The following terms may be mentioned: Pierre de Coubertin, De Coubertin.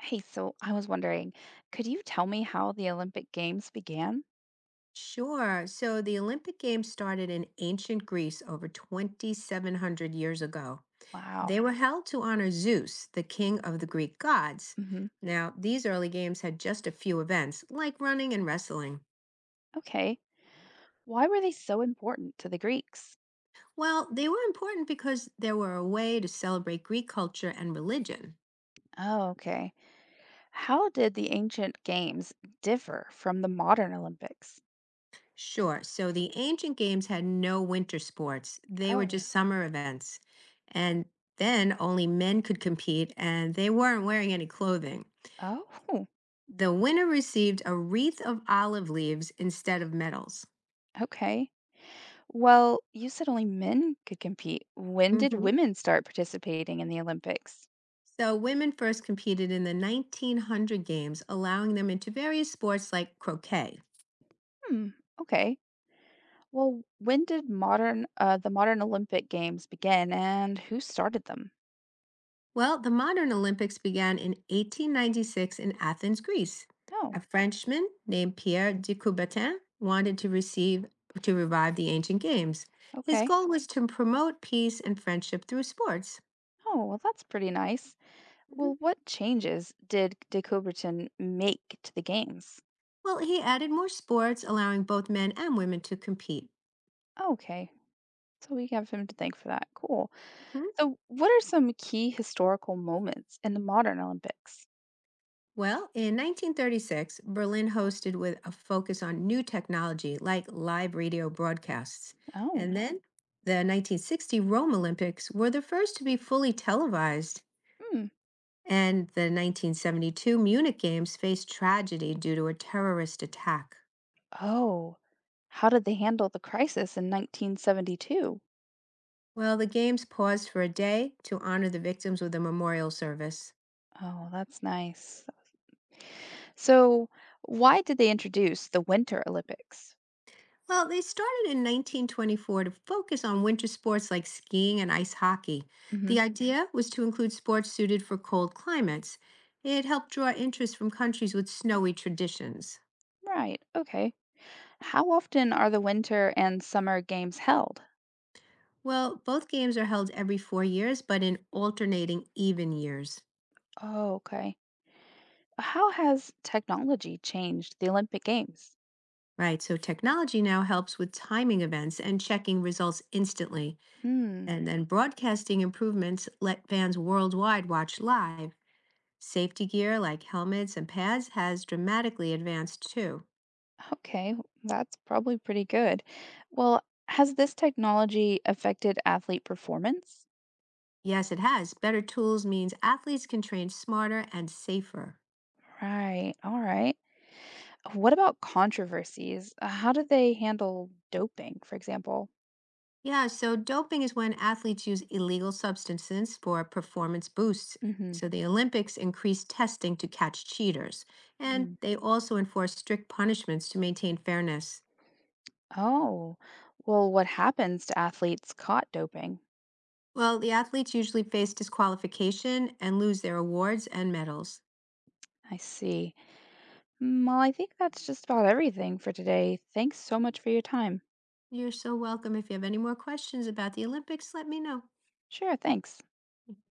Hey, so I was wondering, could you tell me how the Olympic Games began? Sure. So the Olympic Games started in ancient Greece over 2,700 years ago. They Wow. were held to honor Zeus, the king of the Greek gods. Hmm. Now, these early games had just a few events, like running and wrestling. Okay. Why were they so important to the Greeks? Well, they were important because they were a way to celebrate Greek culture and religion. Oh, okay. How did the ancient games differ from the modern Olympics? Sure. So the ancient games had no winter sports, they were Oh, just summer events. And then only men could compete, and they weren't wearing any clothing. oh, The winner received a wreath of olive leaves instead of medals. okay. Well, you said only men could compete. When did Mhm. women start participating in the Olympics? So, women first competed in the 1900 games, allowing them into various sports like croquet. Hmm, okay. Well, when did modern the modern Olympic Games begin and who started them? Well, the modern Olympics began in 1896 in Athens, Greece. Oh, A Frenchman named Pierre de Coubertin wanted to receive to revive the ancient games. His okay. goal was to promote peace and friendship through sports. Oh, well, that's pretty nice. Mhm. Well, what changes did De Coubertin make to the games? Well, he added more sports, allowing both men and women to compete. Okay, so we have him to thank for that. Cool. So, what are some key historical moments in the modern Olympics? Well, in 1936, Berlin hosted with a focus on new technology like live radio broadcasts. And Oh, oh, then the 1960 Rome Olympics were the first to be fully televised. hmm. And the 1972 Munich Games faced tragedy due to a terrorist attack. Oh, how did they handle the crisis in 1972? Well, the Games paused for a day to honor the victims with a memorial service. Oh, that's nice. So, why did they introduce the Winter Olympics? Well, they started in 1924 to focus on winter sports like skiing and ice hockey. Hmm. The idea was to include sports suited for cold climates. It helped draw interest from countries with snowy traditions. Right, okay. How often are the Winter and Summer Games held? Well, both games are held every 4 years, but in alternating even years. Oh, okay. How has technology changed the Olympic Games? Right, so technology now helps with timing events and checking results instantly. Hmm. And then broadcasting improvements let fans worldwide watch live. Safety gear like helmets and pads has dramatically advanced too. Okay. That's probably pretty good. Well, has this technology affected athlete performance? Yes, it has. Better tools means athletes can train smarter and safer. Right. All right. What about controversies? How do they handle doping, for example? Yeah, so doping is when athletes use illegal substances for performance boosts. Mm-hmm. So the Olympics increase testing to catch cheaters, and Mm. they also enforce strict punishments to maintain fairness. Oh, well, what happens to athletes caught doping? Well, the athletes usually face disqualification and lose their awards and medals. I see. Mm, well, I think that's just about everything for today. Thanks so much for your time. You're so welcome. If you have any more questions about the Olympics, let me know. Sure, thanks.